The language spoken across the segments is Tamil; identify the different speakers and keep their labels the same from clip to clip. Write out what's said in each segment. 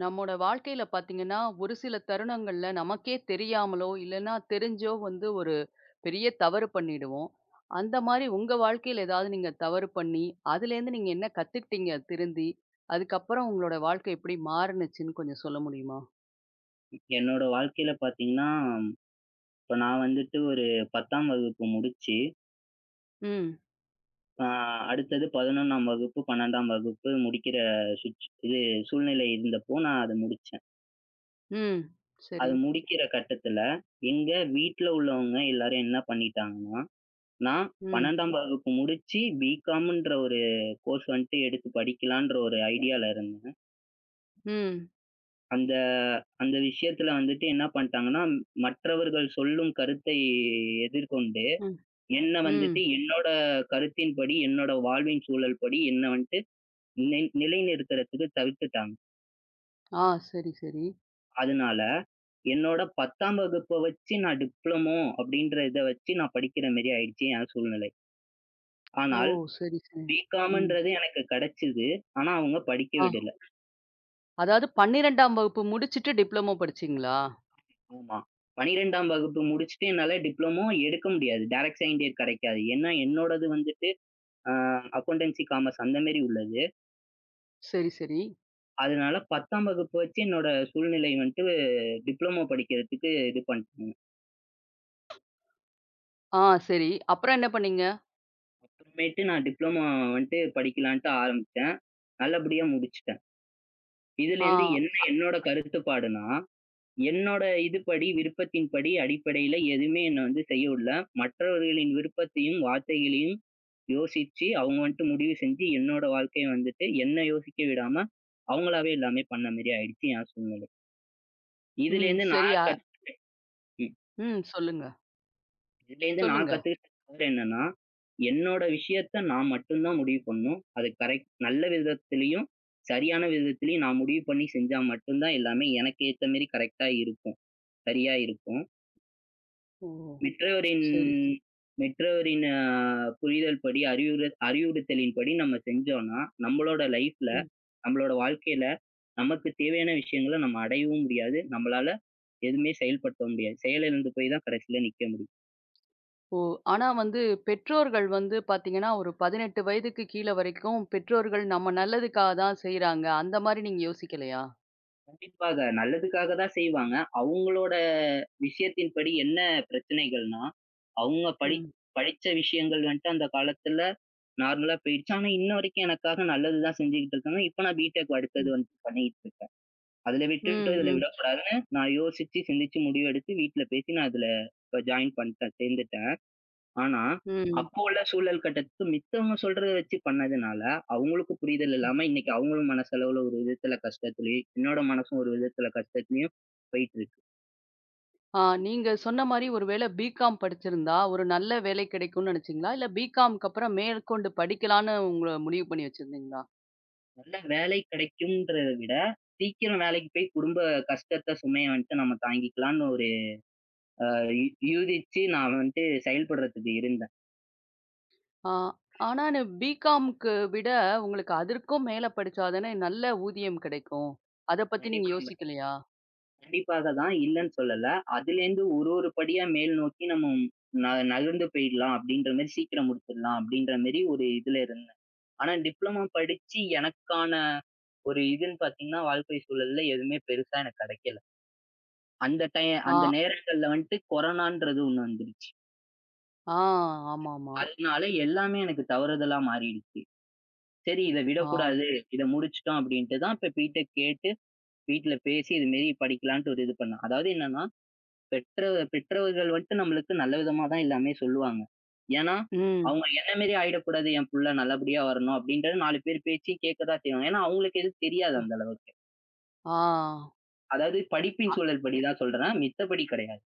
Speaker 1: நம்மோட வாழ்க்கையில பாத்தீங்கன்னா, ஒரு சில தருணங்கள்ல நமக்கே தெரியாமலோ, இல்லன்னா தெரிஞ்சோ வந்து ஒரு பெரிய தவறு பண்ணிடுவோம். அந்த மாரி உங்க வாழ்க்கையில ஏதாவது நீங்க தவறு பண்ணி, அதுலேருந்து நீங்க என்ன கத்துக்கிட்டீங்க திருந்தி? அதுக்கப்புறம் உங்களோட வாழ்க்கை எப்படி மாறுனுச்சுன்னு கொஞ்சம் சொல்ல முடியுமா?
Speaker 2: என்னோட வாழ்க்கையில பார்த்தீங்கன்னா, இப்ப நான் வந்துட்டு ஒரு 10ஆம் வகுப்பு முடிச்சு,
Speaker 1: ம்,
Speaker 2: அ அடுத்தது 11ஆம் வகுப்பு, 12ஆம் வகுப்பு முடிக்கிற இது சூழ்நிலை இருந்தப்போ நான் அத முடிச்சேன்.
Speaker 1: ம்.
Speaker 2: அது
Speaker 1: சரி.
Speaker 2: முடிக்கிற கட்டத்துல, எங்க வீட்ல உள்ளவங்க எல்லாரும் என்ன பண்ணிட்டாங்கன்னா, நான்
Speaker 1: ம்,
Speaker 2: 12ஆம் வகுப்பு முடிச்சு பிகாம்ன்ற ஒரு கோர்ஸ் வந்துட்டு எடுத்து படிக்கலான்ற ஒரு ஐடியால இருந்தேன்.
Speaker 1: ம்,
Speaker 2: அந்த அந்த விஷயத்துல வந்துட்டு என்ன பண்ணிட்டாங்கன்னா, மற்றவர்கள் சொல்லும் கருத்தை எதிர்கொண்டு
Speaker 1: ம்,
Speaker 2: என்ன
Speaker 1: ம்.
Speaker 2: வந்துட்டு என்னோட கருத்தின்படி, என்னோட வாழ்வின் சூழல் படி என்ன வந்துட்டு நிலைநிறுத்துறதுக்கு தவிர்த்துட்டாங்க.
Speaker 1: ஆ, சரி, சரி.
Speaker 2: அதனால என்னோட 10ஆம் வகுப்ப வச்சு நான் டிப்ளமோ அப்படின்ற இத வச்சு நான் படிக்கிற மாரி ஆயிடுச்சு என் சூழ்நிலை.
Speaker 1: ஓ!
Speaker 2: ஆனால்
Speaker 1: சரி, சரி. ம்.
Speaker 2: பிகாம்ன்றது எனக்கு கிடைச்சது. ஆனா அவங்க படிக்க
Speaker 1: ஆ,
Speaker 2: விடல.
Speaker 1: அதாவது 12ஆம் வகுப்பு முடிச்சுட்டு டிப்ளமோ படிச்சீங்களா?
Speaker 2: ஆமா. 12ஆம் வகுப்பு முடிச்சுட்டு என்னால டிப்ளமோ எடுக்க முடியாது. டைரக்ட் செகண்ட் இயர் கிடைக்காது. ஏன்னா என்னோடது வந்துட்டு அ அக்கவுண்டன்சி காமர்ஸ் அந்த மாரி உள்ளது.
Speaker 1: சரி, சரி.
Speaker 2: அதனால 10ஆம் வகுப்பு வச்சு என்னோட சூழ்நிலை வந்துட்டு டிப்ளமோ படிக்கிறதுக்கு இது பண்ணிட்டேங்க.
Speaker 1: ஆ, சரி. அப்புறம் என்ன பண்ணீங்க?
Speaker 2: அப்புறமேட்டு நான் டிப்ளமோ வந்துட்டு படிக்கலான்ட்டு ஆரம்பிச்சேன். நல்லபடியா முடிச்சுட்டேன்.
Speaker 1: ஆ.
Speaker 2: இதுலேருந்து என்ன என்னோட கருத்துப்பாடுன்னா, என்னோட இதுபடி, விருப்பத்தின்படி அடிப்படையில எதுவுமே என்ன வந்து செய்ய விடல. மற்றவர்களின் விருப்பத்தையும், வார்த்தைகளையும் யோசிச்சு, அவங்க வந்துட்டு முடிவு செஞ்சு என்னோட வாழ்க்கைய வந்துட்டு என்ன யோசிக்க விடாம, அவங்களாவே எல்லாமே பண்ண மாரி ஆயிடுச்சு என் சூழ்நிலை.
Speaker 1: ம்.
Speaker 2: இதுலேருந்து
Speaker 1: சரி.
Speaker 2: நான் கத் ம்.
Speaker 1: ம். சொல்லுங்க.
Speaker 2: இதுலேருந்து நான்
Speaker 1: சொல்லுங்க.
Speaker 2: கத்துக்கிட்டது என்னன்னா, என்னோட விஷயத்த நான் மட்டும் தான் முடிவு பண்ணணும். அது கரெக்ட் நல்ல விதத்திலயும், சரியான விதத்திலயும் நான் முடிவு பண்ணி செஞ்சா மட்டும் தான் எல்லாமே எனக்கு ஏத்த மாரி கரெக்ட்டா இருக்கும். சரியா இருக்கும்.
Speaker 1: ஓ!
Speaker 2: மற்றவரின்
Speaker 1: சரி. சரி.
Speaker 2: மற்றவரின் அ புரிதல் படி, அறிவுறுத்தலின்படி நம்ம செஞ்சோம்னா, நம்மளோட லைஃப்ல,
Speaker 1: ம்.
Speaker 2: நம்மளோட வாழ்க்கையில நமக்கு தேவையான விஷயங்கள நம்ம அடையவும் முடியாது. நம்மளால எதுவுமே செயல்படுத்தவும் முடியாது. செயலிழந்து போய் தான் கடைசியில நிக்க முடியும்.
Speaker 1: ஓ! ஆனா வந்து பெற்றோர்கள் வந்து பார்த்தீங்கன்னா, ஒரு 18 வயதுக்கு கீழ வரைக்கும் பெற்றோர்கள் நம்ம நல்லதுக்காக தான் செய்றாங்க. அந்த மாரி நீங்க யோசிக்கலையா?
Speaker 2: கண்டிப்பாக. நல்லதுக்காக தான் செய்வாங்க. அவங்களோட விஷயத்தின்படி என்ன பிரச்சனைகள்னா, அவங்க படி
Speaker 1: ம்.
Speaker 2: படிச்ச விஷயங்கள் வந்துட்டு அந்த காலத்துல நார்மலா போயிடுச்சு. ஆனா, இன்ன வரைக்கும் எனக்காக நல்லது தான் செஞ்சுகிட்டு இருக்காங்க. இப்ப நான் பிடெக் அடுத்தது
Speaker 1: ம்.
Speaker 2: வந்து பண்ணிட்டு இருக்கேன். அதுல
Speaker 1: ம்.
Speaker 2: விட்டுட்டோ, இதுல
Speaker 1: ம்.
Speaker 2: விடக்கூடாதுன்னு நான் யோசிச்சு, சிந்திச்சு முடிவெடுத்து வீட்ல பேசி நான் இதுல இப்ப ஜாயின் பண்ட்டேன். சேர்ந்துட்டேன். ஆனா,
Speaker 1: ம்.
Speaker 2: அப்போ உள்ள சூழல் கட்டத்துக்கு மித்தவங்க சொல்றத வச்சு பண்ணதுனால, அவங்களுக்கும் புரிதல்
Speaker 1: ம்.
Speaker 2: இல்லாம இன்னைக்கு அவங்களும் மனசளவுல ஒரு விதத்துல கஷ்டத்துலயும், என்னோட மனசும் ஒரு விதத்துல கஷ்டத்துலயும் போயிட்டு இருக்கு.
Speaker 1: ஆ நீங்க சொன்ன மாரி ஒரு வேளை பிகாம் படிச்சிருந்தா, ஒரு நல்ல வேலை கிடைக்கும்னு நெனச்சீங்களா? இல்ல பிகாம்க்கு அப்புறம் மேற்கொண்டு படிக்கலான்னு உங்கள முடிவு பண்ணி வச்சிருந்தீங்களா?
Speaker 2: நல்ல வேலை கிடைக்கும்ன்றத விட, சீக்கிரம் வேலைக்கு போய் குடும்ப கஷ்டத்த சுமைய வந்துட்டு நம்ம தாங்கிக்கலாம்னு ஒரு அ யூ யூகிச்சு நான் வந்துட்டு செயல்படுறதுக்கு இருந்தேன்.
Speaker 1: ஆ, ஆனா பிகாம்க்கு விட உங்களுக்கு அதற்கும் மேல படிச்சா தானே நல்ல ஊதியம் கிடைக்கும். அத பத்தி நீங்க
Speaker 2: கண்டிப்பாங்க.
Speaker 1: யோசிக்கலையா?
Speaker 2: கண்டிப்பாக தான் இல்லன்னு சொல்லல. அதுலேருந்து ஒரு ஒரு படியா மேல் நோக்கி நம்ம ந நகர்ந்து போயிடலாம் அப்படின்ற மாரி சீக்கிரம் முடிச்சிடலாம் அப்படின்ற மாரி ஒரு இதுல இருந்தேன். ஆனா டிப்ளமோ படிச்சு எனக்கான ஒரு இதுன்னு பாத்தீங்கன்னா, வாழ்க்கை சூழல்ல எதுவுமே பெருசா எனக்கு கெடைக்கல. அந்த
Speaker 1: ஆ,
Speaker 2: நேரங்கள்ல வந்துட்டு கொரோனான்றது ஒண்ணு வந்துருச்சு.
Speaker 1: ஆ, ஆமாமா.
Speaker 2: அதனால எல்லாமே எனக்கு தவறுதலா மாறிடுச்சு. சரி இத
Speaker 1: ஆ,
Speaker 2: விடக்கூடாது. இத முடிச்சுட்டோம் அப்படின்ட்டு தான் இப்ப பிடெக் கேட்டு வீட்ல பேசி இது மாரி படிக்கலான்ட்டு ஒரு இது பண்ணேன். அதாவது என்னன்னா, பெற்ற பெற்றவர்கள் வந்துட்டு நம்மளுக்கு நல்ல விதமா தான் எல்லாமே சொல்லுவாங்க. ஏன்னா,
Speaker 1: ம்.
Speaker 2: அவங்க என்ன மாரி ஆயிடக்கூடாது, என் புள்ள நல்லபடியா வரணும் அப்படின்றது 4 பேர் பேச்சு கேட்க தான் செய்வாங்க. ஏன்னா, அவங்களுக்கு எதுவும் தெரியாது அந்த அளவுக்கு.
Speaker 1: ஆ,
Speaker 2: அதாவது படிப்பின் சூழல் படிதான் சொல்றேன். மித்தபடி கிடையாது.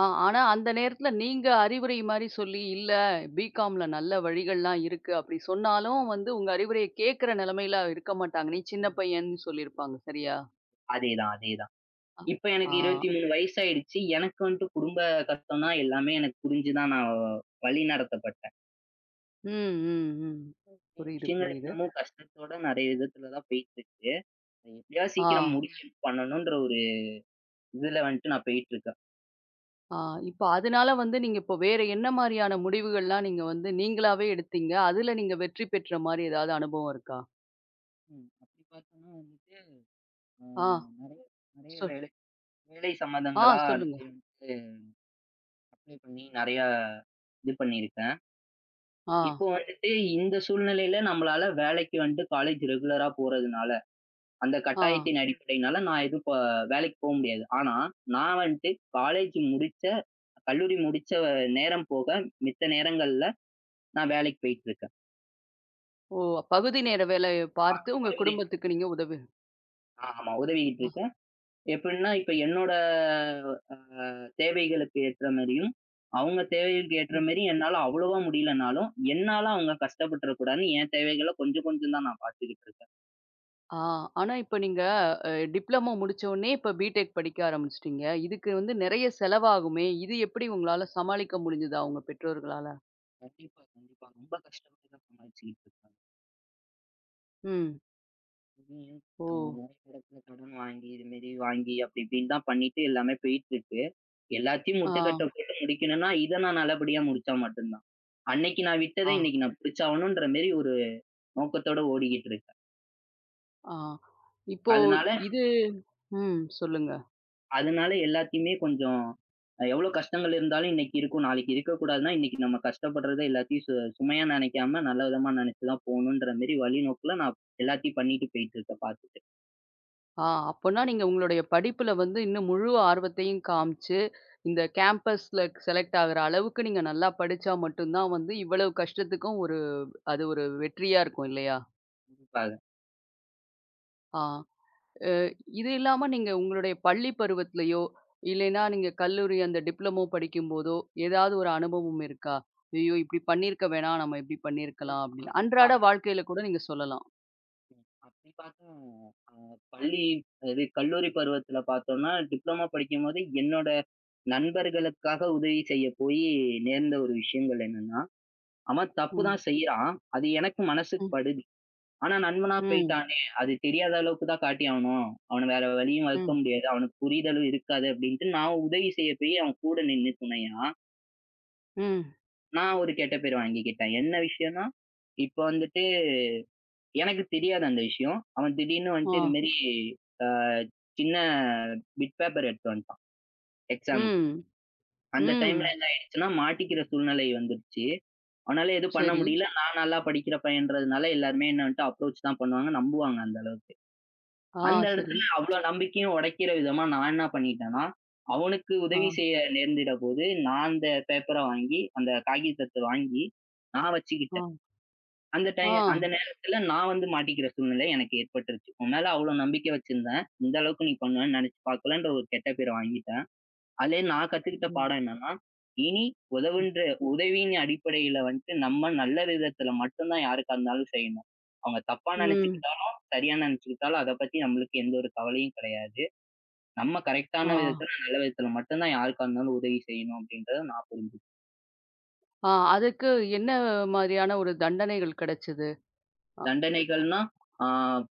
Speaker 1: ஆ, ஆனா அந்த நேரத்துல நீங்க அறிவுரை மாரி சொல்லி, இல்ல பிகாம்ல நல்ல வழிகள்லாம் இருக்கு அப்படி சொன்னாலும் வந்து உங்க அறிவுரைய கேட்கிற நிலைமையில இருக்க மாட்டாங்க. நீ சின்ன
Speaker 2: ம்.
Speaker 1: பையன்னு சொல்லியிருப்பாங்க. சரியா?
Speaker 2: அதேதான், அதேதான்.
Speaker 1: அ,
Speaker 2: இப்ப எனக்கு
Speaker 1: ஆ.
Speaker 2: 23 வயசாயிடுச்சு. எனக்கு வந்துட்டு குடும்ப கஷ்டம் தான் எல்லாமே எனக்கு புரிஞ்சு தான் நான் வழி நடத்தப்பட்டேன்.
Speaker 1: ம்.
Speaker 2: ம்.
Speaker 1: புரியுது,
Speaker 2: விஷயங்கள்
Speaker 1: புரியுது.
Speaker 2: இன்னமும் கஷ்டத்தோட நெறைய விதத்துல தான் போயிட்டு இருக்கு. அது எப்படியாவது
Speaker 1: ஆ.
Speaker 2: சீக்கிரம் முடிச்சு பண்ணணுன்ற ஒரு இதுல வந்துட்டு நான் போயிட்டு இருக்கேன்.
Speaker 1: ஆ, இப்ப அதனால வந்து நீங்க இப்போ வேற என்ன மாரியான முடிவுகள்லாம் நீங்க வந்து நீங்களாவே எடுத்தீங்க? அதுல நீங்க வெற்றி பெற்ற மாரி ஏதாவது அனுபவம் இருக்கா?
Speaker 2: ம். அப்படி பார்த்தோம்னா வந்துட்டு அ
Speaker 1: ஆ,
Speaker 2: நெறைய நெறைய
Speaker 1: சொல்
Speaker 2: வேலை வேலை சம்மந்தங்களா
Speaker 1: சொல்லுங்க.
Speaker 2: நிறைய அப்ளை பண்ணி நெறையா இது பண்ணியிருக்கேன்.
Speaker 1: ஆ,
Speaker 2: இப்போ வந்துட்டு இந்த சூழ்நிலையில நம்மளால வேலைக்கு வந்துட்டு காலேஜ் ரெகுலரா போறதுனால, அந்த
Speaker 1: ஆ.
Speaker 2: கட்டாயத்தின் ம். அடிப்படையினால நான் எதுவும் இப்போ வேலைக்கு போ முடியாது. ஆனா, நான் வந்துட்டு காலேஜ் முடிச்ச கல்லூரி முடிச்ச நேரம் போக மித்த நேரங்கள்ல நான் வேலைக்கு போயிட்டு இருக்கேன்.
Speaker 1: ஓ! பகுதி நேர வேலைய
Speaker 2: ஆ,
Speaker 1: பார்த்து உங்க
Speaker 2: பகுதி
Speaker 1: குடும்பத்துக்கு நீங்க உதவி
Speaker 2: ஆமா, உதவிக்கிட்டு
Speaker 1: ஆ,
Speaker 2: இருக்கேன். எப்படின்னா இப்ப என்னோட அ தேவைகளுக்கு ஏற்ற மாரியும், அவங்க தேவைகளுக்கு ஏற்ற
Speaker 1: ம்.
Speaker 2: மாரி என்னால அவ்வளவா முடியலனாலும், என்னால அவங்க கஷ்டப்பட்டுறக்கூடாதுன்னு என் தேவைகள கொஞ்சம் கொஞ்சம் தான் நான் பார்த்துக்கிட்டு இருக்கேன்.
Speaker 1: ஆ, ஆனா இப்ப நீங்க டிப்ளமோ முடிச்ச உடனே இப்ப பிடெக் படிக்க ஆரம்பிச்சுட்டீங்க. இதுக்கு வந்து நெறைய செலவாகுமே! இது எப்படி உங்களால சமாளிக்க முடிஞ்சதா உங்க பெற்றோர்களால?
Speaker 2: கண்டிப்பா, கண்டிப்பா. ரொம்ப கஷ்டப்பட்டு தான் சமாளிச்சுக்கிட்டு இருக்காங்க.
Speaker 1: ம்.
Speaker 2: இங்கேயும்
Speaker 1: ஓ!
Speaker 2: நெறைய இடத்துல கடன் வாங்கி, இது மாரி வாங்கி அப்டி இப்டின்னு தான் பண்ணிட்டு எல்லாமே போயிட்டுருக்கு. எல்லாத்தையும்
Speaker 1: ஆ,
Speaker 2: முட்டுக்கட்ட போட்டு முடிக்கணும்னா, இத நான் நல்லபடியா முடிச்சா மட்டும் தான். அன்னைக்கு நான் விட்டத
Speaker 1: ஆ,
Speaker 2: இன்னைக்கு நான் பிடிச்சாவணுன்ற மாரி ஒரு நோக்கத்தோட ஓடிக்கிட்டு இருக்கேன்.
Speaker 1: ஆ. இப்போ
Speaker 2: அதனால
Speaker 1: இது ம். சொல்லுங்க.
Speaker 2: அதனால எல்லாத்தையுமே கொஞ்சம் எவ்ளோ கஷ்டங்கள் இருந்தாலும் இன்னைக்கு இருக்கும், நாளைக்கு இருக்கக்கூடாதுன்னா, இன்னைக்கு நம்ம கஷ்டப்படுறத எல்லாத்தையும் சுமையா நெனைக்காம நல்ல விதமா நெனைச்சு தான் போணுன்ற மாரி வழிநோக்குல நான் எல்லாத்தையும் பண்ணிட்டு போயிட்டுருக்கேன் பாத்துட்டு.
Speaker 1: ஆ அப்பன்னா நீங்க உங்களுடைய படிப்புல வந்து இன்னும் முழு ஆர்வத்தையும் காமிச்சு, இந்த கேம்பஸ்ல செலக்ட் ஆகுற அளவுக்கு நீங்க நல்லா படிச்சா மட்டும் தான் வந்து இவ்வளவு கஷ்டத்துக்கும் ஒரு அது ஒரு வெற்றியா இருக்கும் இல்லையா? ஆ. அ இது இல்லாம நீங்க உங்களுடைய பள்ளி பருவத்திலயோ, இல்லைன்னா நீங்க கல்லூரி அந்த டிப்ளமோ படிக்கும்போதோ, ஏதாவது ஒரு அனுபவம் இருக்கா? ஐயோ! இப்படி பண்ணியிருக்க வேணாம். நம்ம இப்படி பண்ணியிருக்கலாம் அப்படின்னு.
Speaker 2: பார்த்தா,
Speaker 1: அன்றாட வாழ்க்கையில கூட நீங்க சொல்லலாம்.
Speaker 2: அப்படி பார்த்தா அ பள்ளி இது கல்லூரி பருவத்தில பார்த்தோம்னா, டிப்ளமோ படிக்கும்போது என்னோட நண்பர்களுக்காக உதவி செய்ய போயி நேர்ந்த ஒரு விஷயங்கள் என்னன்னா, அவன் தப்பு
Speaker 1: ம்.
Speaker 2: தான் செய்றான். அது எனக்கு மனசுக்கு
Speaker 1: ம்.
Speaker 2: படுது. ஆனா நண்பனா
Speaker 1: ம்.
Speaker 2: போய்ட்டானே! அது தெரியாத அளவுக்கு தான் காட்டி ஆவணும். அவன வேற வழியும் வகுக்க
Speaker 1: ம்.
Speaker 2: முடியாது. அவனுக்கு புரிதலும் இருக்காது அப்படின்ட்டு நான் உதவி செய்ய போயி அவன் கூட நின்னு துணையா,
Speaker 1: ம்.
Speaker 2: நான் ஒரு கெட்ட பேர் வாங்கிக்கிட்டேன். என்ன விஷயம்ன்னா, இப்ப வந்துட்டு எனக்கு தெரியாது அந்த விஷயம். அவன் திடீர்னு வந்துட்டு இது
Speaker 1: ஆ.
Speaker 2: மாரி அ சின்ன பிட் பேப்பர் எடுத்துட்டு வந்துட்டான் எக்ஸாம்க்கு.
Speaker 1: ம்.
Speaker 2: அந்த டைம்ல
Speaker 1: ம்.
Speaker 2: என்ன ஆயிடுச்சுன்னா, மாட்டிக்கிற சூழ்நிலை வந்துருச்சு. அவனால எதுவும் பண்ண
Speaker 1: சரி.
Speaker 2: முடியல. நான் நல்லா படிக்கிற பையன்றதுனால எல்லாருமே என்ன வந்துட்டு அப்ரோச் தான் பண்ணுவாங்க. நம்புவாங்க அந்த அளவுக்கு.
Speaker 1: ஆ,
Speaker 2: அந்த
Speaker 1: சரி.
Speaker 2: இடத்துல அவ்ளோ நம்பிக்கையும் உடைக்கிற விதமா நான் என்ன பண்ணிட்டேன்னா, அவனுக்கு
Speaker 1: ஆ,
Speaker 2: உதவி செய்ய நேர்ந்திட போது, நான் அந்த பேப்பர வாங்கி அந்த காகிதத்த வாங்கி நான்
Speaker 1: ஆ,
Speaker 2: வச்சுக்கிட்டேன்.
Speaker 1: ஆ.
Speaker 2: அந்த நேரத்துல நான் வந்து மாட்டிக்கிற சூழ்நிலை எனக்கு ஏற்பட்டுருச்சு. உன் மேல அவ்ளோ நம்பிக்கை வச்சிருந்தேன். இந்த அளவுக்கு நீ பண்ணுவேன்னு நினைச்சு பார்க்கலன்ற ஒரு கெட்ட பேர வாங்கிட்டேன். அதுலேருந்து நான் கத்துக்கிட்ட
Speaker 1: ம்,
Speaker 2: பாடம் என்னன்னா, இனி
Speaker 1: ம்.
Speaker 2: உதவுன்ற உதவியின் அடிப்படையில வந்துட்டு நம்ம நல்ல விதத்துல மட்டும் தான் யாருக்கா இருந்தாலும் செய்யணும். அவங்க தப்பா
Speaker 1: ம்.
Speaker 2: நினைச்சுக்கிட்டாலும், சரியா நினைச்சுக்கிட்டாலும் அத பத்தி நம்மளுக்கு எந்த ஒரு கவலையும் கிடையாது. நம்ம
Speaker 1: ஆ,
Speaker 2: கரெக்ட்டான விதத்துல, நல்ல விதத்துல மட்டும் தான் யாருக்கா இருந்தாலும் உதவி செய்யணும் அப்படின்றத நான்
Speaker 1: ஆ. அதுக்கு என்ன மாரியான ஒரு தண்டனைகள் கிடைச்சது? அ,
Speaker 2: தண்டனைகள்னா, ஆ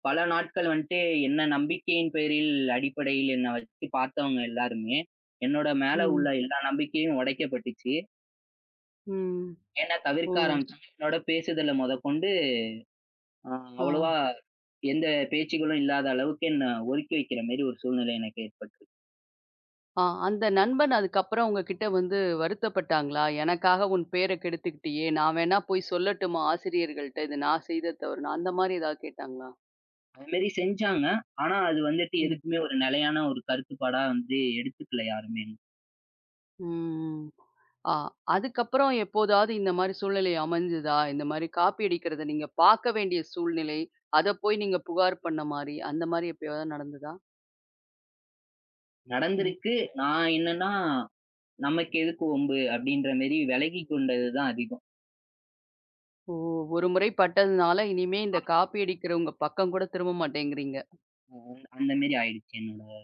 Speaker 2: பல நாட்கள் வந்துட்டு என்ன நம்பிக்கையின் பேரில் அடிப்படையில் என்ன வச்சு பார்த்தவங்க எல்லாருமே, என்னோட மேல உள்ள
Speaker 1: ம்,
Speaker 2: எல்லா நம்பிக்கையும் உடைக்கப்பட்டுச்சு.
Speaker 1: ம்.
Speaker 2: என்ன
Speaker 1: ஓ!
Speaker 2: தவிர்க்க
Speaker 1: ஸ்
Speaker 2: ஆரம்பிச்சாங்க. என்னோட பேசுதல மொதக்கொண்டு அ
Speaker 1: ஆ,
Speaker 2: அவ்வளவா எந்த பேச்சுக்களும் இல்லாத அளவுக்கு என்ன ஒதுக்கி வைக்கிற மாரி ஒரு சூழ்நிலை எனக்கு ஏற்பட்டுச்சு.
Speaker 1: ஆ. அந்த நண்பன் அதுக்கப்புறம் உங்ககிட்ட வந்து வருத்தப்பட்டாங்களா? "எனக்காக உன் பேர கெடுத்துக்கிட்டியே! நான் வேணா போய் சொல்லட்டுமா ஆசிரியர்கள்ட்ட? இது நான் செய்த தவறுன்னு." அந்த மாரி ஏதாவது கேட்டாங்களா?
Speaker 2: அதுமாரி செஞ்சாங்க. ஆனா அது வந்துட்டு
Speaker 1: ம்.
Speaker 2: எதுக்குமே ஒரு நிலையான ஒரு கருத்துப்பாடா வந்து எடுத்துக்கல யாருமே.
Speaker 1: ம். ஆ அதுக்கப்புறம் எப்போதாவது இந்த மாரி சூழ்நிலை அமைஞ்சதா? இந்த மாரி காப்பி அடிக்கிறத நீங்க பார்க்க வேண்டிய சூழ்நிலை, அத போய் நீங்க புகார் பண்ண மாரி, அந்த மாரி எப்பயாவது நடந்ததா? ம்.
Speaker 2: நடந்திருக்கு. நான் என்னன்னா, "நமக்கு எதுக்கு வம்பு?" அப்படின்ற மாரி
Speaker 1: ம்.
Speaker 2: விலகிக் கொண்டது தான் அதிகம்.
Speaker 1: ஓ! ஒரு முறை பட்டதுனால, இனிமே இந்த காப்பி அடிக்கிறவங்க பக்கம் கூட திரும்ப மாட்டேங்கிறீங்க.
Speaker 2: அ அந்த மாரி ஆயிடுச்சு என்னோட.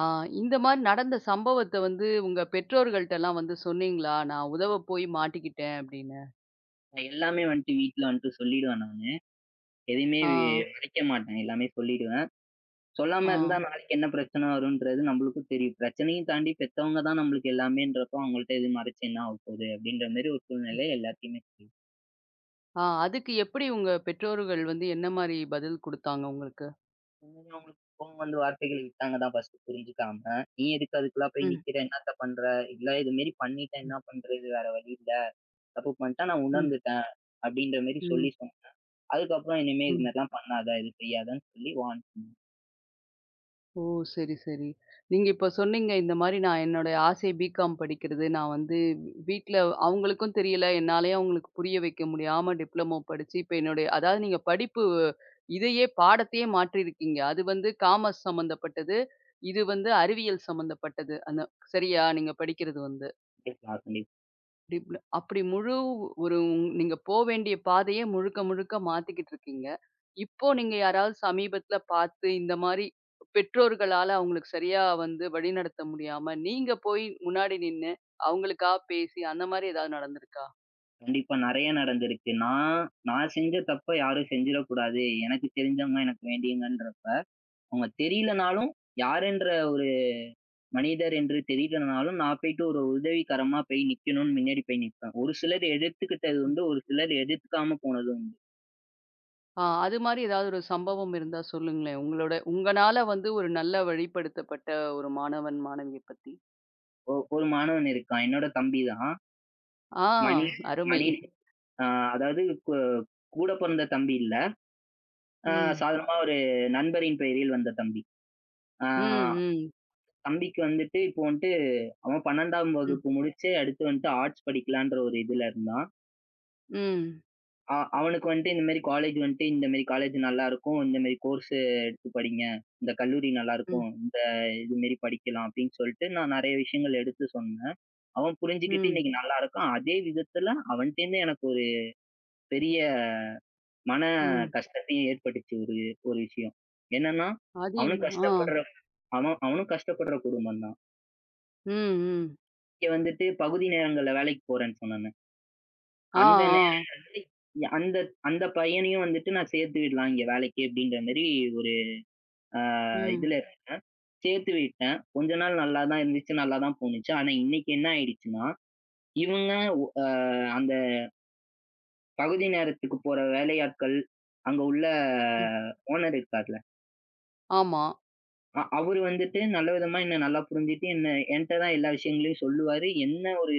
Speaker 1: ஆ இந்த மாரி நடந்த சம்பவத்த வந்து உங்க பெற்றோர்கள்ட்டலாம் வந்து சொன்னீங்களா? நான் உதவ போய் மாட்டிக்கிட்டேன் அப்படின்னு.
Speaker 2: நான் எல்லாமே வந்துட்டு வீட்ல வந்துட்டு சொல்லிடுவேன் நானு. எதையுமே
Speaker 1: ஆ,
Speaker 2: வி மறைக்க மாட்டேன். எல்லாமே சொல்லிடுவேன்.
Speaker 1: ஆ,
Speaker 2: சொல்லாம இருந்தா நாளைக்கு என்ன பிரச்சனை வரும்ன்றது நம்மளுக்கும் தெரியும். பிரச்சனையும் தாண்டி பெத்தவங்க தான் நம்மளுக்கு எல்லாமேன்றப்போ, அவங்கள்ட்ட எதுவும் மறைச்சு என்ன ஆகப்போகுது? அப்படின்ற மாரி ஒரு
Speaker 1: ம்.
Speaker 2: சூழ்நிலை எல்லாத்தையுமே.
Speaker 1: ஆ அதுக்கு எப்படி உங்க பெற்றோர்கள் வந்து என்ன மாரி பதில் குடுத்தாங்க உங்களுக்கு?
Speaker 2: உண்மையிலே அவங்களுக்கு கோவம் வந்து வார்த்தைகள் விட்டாங்க தான் ஃபர்ஸ்ட்டு புரிஞ்சுக்காம. "நீ எதுக்கு அதுக்குல்லாம் போய்
Speaker 1: ம்.
Speaker 2: நிக்கிற? என்னத்த பண்ற? இல்ல இது மாரி பண்ணிட்டா
Speaker 1: ம்.
Speaker 2: என்ன பண்றது? வேற வழி இல்ல." தப்பு பண்ணிட்டேன். நான்
Speaker 1: ம்.
Speaker 2: உணர்ந்துட்டேன்." அப்படின்ற மாரி
Speaker 1: ம்,
Speaker 2: சொல்லி சொன்னேன். அதுக்கப்புறம் இனிமே இது
Speaker 1: ம்.
Speaker 2: மாரிலாம் பண்ணாத, இது செய்யாதன்னு சொல்லி வார்ன்
Speaker 1: ஓ! சரி, சரி. நீங்க இப்ப சொன்னீங்க, இந்த மாரி நான் என்னுடைய ஆசை பிகாம் படிக்கிறது. நான் வந்து வீட்ல அவங்களுக்கும் தெரியல. என்னாலயும் அவங்களுக்கு புரிய வைக்க முடியாம டிப்ளமோ படிச்சு, இப்ப என்னுடைய அதாவது நீங்க படிப்பு இதையே பாடத்தையே மாற்றியிருக்கீங்க. அது வந்து காமர்ஸ் சம்மந்தப்பட்டது. இது வந்து அறிவியல் சம்மந்தப்பட்டது. அந்த சரியா? நீங்க படிக்கிறது வந்து.
Speaker 2: நான் சொல்லி
Speaker 1: அப்படி முழு ஒரு நீங்க போ வேண்டிய பாதையே முழுக்க முழுக்க மாத்திக்கிட்டு இருக்கீங்க. இப்போ நீங்க யாராவது சமீபத்தில பார்த்து இந்த மாரி பெற்றோர்களால அவங்களுக்கு சரியா வந்து வழிநடத்த முடியாம, நீங்க போய் முன்னாடி நின்னு, அவங்களுக்கா பேசி அந்த மாரி ஏதாவது நடந்திருக்கா?
Speaker 2: கண்டிப்பா நெறைய நடந்திருக்கு. நான் நான் செஞ்ச தப்ப யாரும் செஞ்சிடக்கூடாது. எனக்கு தெரிஞ்சவங்க எனக்கு வேண்டியவங்கன்றப்ப, அவங்க தெரியலனாலும் யாருன்ற ஒரு மனிதர் என்று தெரியலனாலும், நான் போயிட்டு ஒரு உதவிகரமா போய் நிக்கணும்னு முன்னாடி போய் நிப்பேன். ஒரு சிலர் எதிர்த்துக்கிட்டது உண்டு, ஒரு சிலர் எதிர்த்துக்காம போனது உண்டு.
Speaker 1: ஆ அது மாரி ஏதாவது ஒரு சம்பவம் இருந்தா சொல்லுங்களேன். உங்களோட உங்கனால வந்து ஒரு நல்ல வழிப்படுத்தப்பட்ட ஒரு மாணவன், மாணவிய பத்தி.
Speaker 2: ஒரு மாணவன் இருக்கான். என்னோட தம்பி தான்.
Speaker 1: ஆ
Speaker 2: மணி
Speaker 1: அருமை.
Speaker 2: மணி அ அதாவது கூ கூட பொறந்த தம்பி இல்ல. ஆ
Speaker 1: ம்.
Speaker 2: சாதாரணமா ஒரு நண்பரின் பெயரில் வந்த தம்பி. ஆ
Speaker 1: ம், ம்,
Speaker 2: தம்பிக்கு வந்துட்டு இப்போ வந்துட்டு அவன் 12ஆம்
Speaker 1: ம்,
Speaker 2: வகுப்பு முடிச்சு அடுத்து வந்துட்டு ஆர்ட்ஸ் படிக்கலான்ற ஒரு இதுல இருந்தான்.
Speaker 1: ம்,
Speaker 2: அவனுக்கு வந்துட்டு இந்த மாரி காலேஜ் வந்துட்டு இந்த மாரி காலேஜ் நல்லாருக்கும். இந்த மாரி கோர்ஸ் எடுத்து படிங்க. இந்த கல்லூரி
Speaker 1: ம்,
Speaker 2: நல்லாருக்கும். இந்த இது மாரி படிக்கலாம் அப்படின்னு சொல்லிட்டு நான் நெறைய விஷயங்கள் எடுத்து சொன்னேன். அவன் புரிஞ்சுகிட்டு
Speaker 1: ம்,
Speaker 2: இன்னைக்கு நல்லாருக்கான். அதே விதத்துல அவன்ட்டேருந்து எனக்கு ஒரு பெரிய மன
Speaker 1: ம்.
Speaker 2: கஷ்டத்தையும் ஏற்பட்டுச்சு ஒரு ஒரு விஷயம். என்னன்னா,
Speaker 1: அது
Speaker 2: அவனும்
Speaker 1: என்ன? ஆ.
Speaker 2: கஷ்டப்படுற அவனும் கஷ்டப்படுற குடும்பம் தான்.
Speaker 1: ம், ம்.
Speaker 2: இங்க வந்துட்டு பகுதி நேரங்கள்ல வேலைக்கு போறேன்னு சொன்னேன்ல.
Speaker 1: ஆ,
Speaker 2: அந்த
Speaker 1: ஆ.
Speaker 2: நேரங்கள்ல அந்த அந்த பையனையும் வந்துட்டு நான் சேர்த்து விடலாம் இங்க வேலைக்கு அப்படின்ற மாரி ஒரு அ
Speaker 1: ம்,
Speaker 2: இதுல இருந்தேன். சேர்த்து விட்டேன். கொஞ்ச நாள் நல்லா தான் இருந்துச்சு, நல்லா தான் போணுச்சு. ஆனா இன்னைக்கு என்ன ஆயிடுச்சுன்னா, இவங்க அ அந்த பகுதி நேரத்துக்கு போற வேலையாட்கள், அங்க உள்ள
Speaker 1: ம்.
Speaker 2: ஓனர் இருக்கார்ல
Speaker 1: ஆமா.
Speaker 2: அவரு வந்துட்டு நல்ல விதமா என்ன நல்லா புரிஞ்சுட்டு, என்ன என்ட்ட தான் எல்லா விஷயங்களையும் சொல்லுவாரு. என்ன ஒரு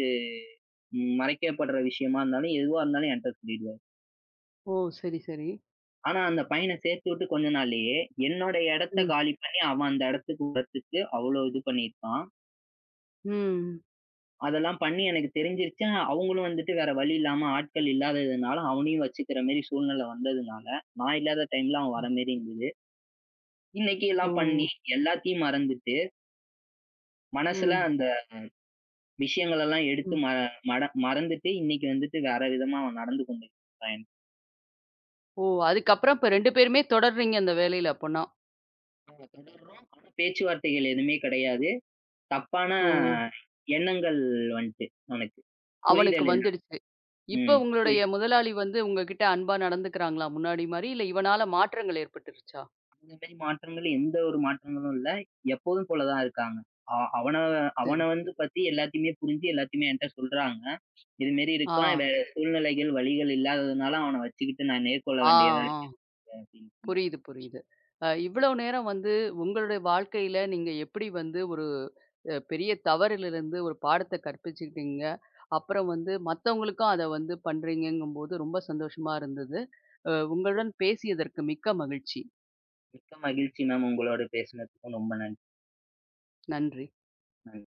Speaker 2: மறைக்கப்படுற விஷயமா இருந்தாலும், எதுவா இருந்தாலும் என்ட்ட சொல்லிடுவாரு.
Speaker 1: ஓ! சரி, சரி.
Speaker 2: ஆனா, அந்த பையன சேர்த்து விட்டு கொஞ்ச நாள்லயே, என்னோட இடத்த
Speaker 1: ம்,
Speaker 2: காலி பண்ணி, அவன் அந்த இடத்துக்கு வரத்துக்கு அவ்ளோ இது பண்ணியிருக்கான்.
Speaker 1: ம்.
Speaker 2: அதெல்லாம் பண்ணி எனக்கு தெரிஞ்சிருச்சு. ஆனா, அவங்களும் வந்துட்டு வேற வழி இல்லாம ஆட்கள் இல்லாததுனால, அவனையும் வச்சுக்கிற மாரி சூழ்நிலை வந்ததுனால, நான் இல்லாத டைம்ல அவன்
Speaker 1: அ,
Speaker 2: வர மாரி இருந்தது. இன்னைக்கு
Speaker 1: ஓ!
Speaker 2: எல்லாம் பண்ணி, எல்லாத்தையும் மறந்துட்டு, மனசுல
Speaker 1: ம்,
Speaker 2: அந்த விஷயங்களெல்லாம் எடுத்து
Speaker 1: ம்.
Speaker 2: மட மறந்துட்டு இன்னைக்கு வந்துட்டு வேற விதமா அவன் நடந்து கொண்டிருக்கான்.
Speaker 1: ஓ! அதுக்கப்புறம் இப்ப 2 பேருமே தொடர்றீங்க அந்த வேலையில அப்பன்னா.
Speaker 2: நாங்க தொடர்றோம். ஆனா பேச்சுவார்த்தைகள் எதுவுமே கிடையாது. தப்பான
Speaker 1: ஓ!
Speaker 2: எண்ணங்கள் வந்துட்டு அவனுக்கு.
Speaker 1: அவனுக்கு
Speaker 2: புரிதல் இல்ல.
Speaker 1: வந்துடுச்சு. இப்ப
Speaker 2: ம்.
Speaker 1: உங்களுடைய
Speaker 2: புரியுது.
Speaker 1: முதலாளி வந்து உங்ககிட்ட அன்பா நடந்துக்கிறாங்களா முன்னாடி மாரி? இல்ல இவனால மாற்றங்கள் ஏற்பட்டுருச்சா?
Speaker 2: அந்த மாரி மாற்றங்கள் எந்த ஒரு மாற்றங்களும் இல்ல. எப்போதும் போல தான் இருக்காங்க. அ அவன
Speaker 1: சரி.
Speaker 2: அவன வந்து பத்தி எல்லாத்தையுமே புரிஞ்சு எல்லாத்தையுமே என்ட்ட சொல்றாங்க. இது மாரி
Speaker 1: ஆ,
Speaker 2: இருக்கான். வேற சூழ்நிலைகள், வழிகள் இல்லாததுனால அவன வச்சுக்கிட்டு நான் நேர்கொள்ள
Speaker 1: ஆ,
Speaker 2: வேண்டியதா இருக்கு
Speaker 1: ஆ.
Speaker 2: அப்படின்னு.
Speaker 1: புரியுது, புரியுது. இவ்வளோ நேரம் வந்து உங்களுடைய வாழ்க்கையில நீங்க எப்படி வந்து ஒரு பெரிய தவறிலிருந்து ஒரு பாடத்த கற்பிச்சுக்கிட்டீங்க. அப்புறம் வந்து மத்தவங்களுக்கும் அத வந்து பண்றீங்கங்கும்போது ரொம்ப சந்தோஷமா இருந்தது. உங்களுடன் பேசியதற்கு மிக்க மகிழ்ச்சி.
Speaker 2: மிக்க மகிழ்ச்சி மேம், உங்களோட பேசினதுக்கும் ரொம்ப நன்றி.
Speaker 1: நன்றி.
Speaker 2: ஆம்.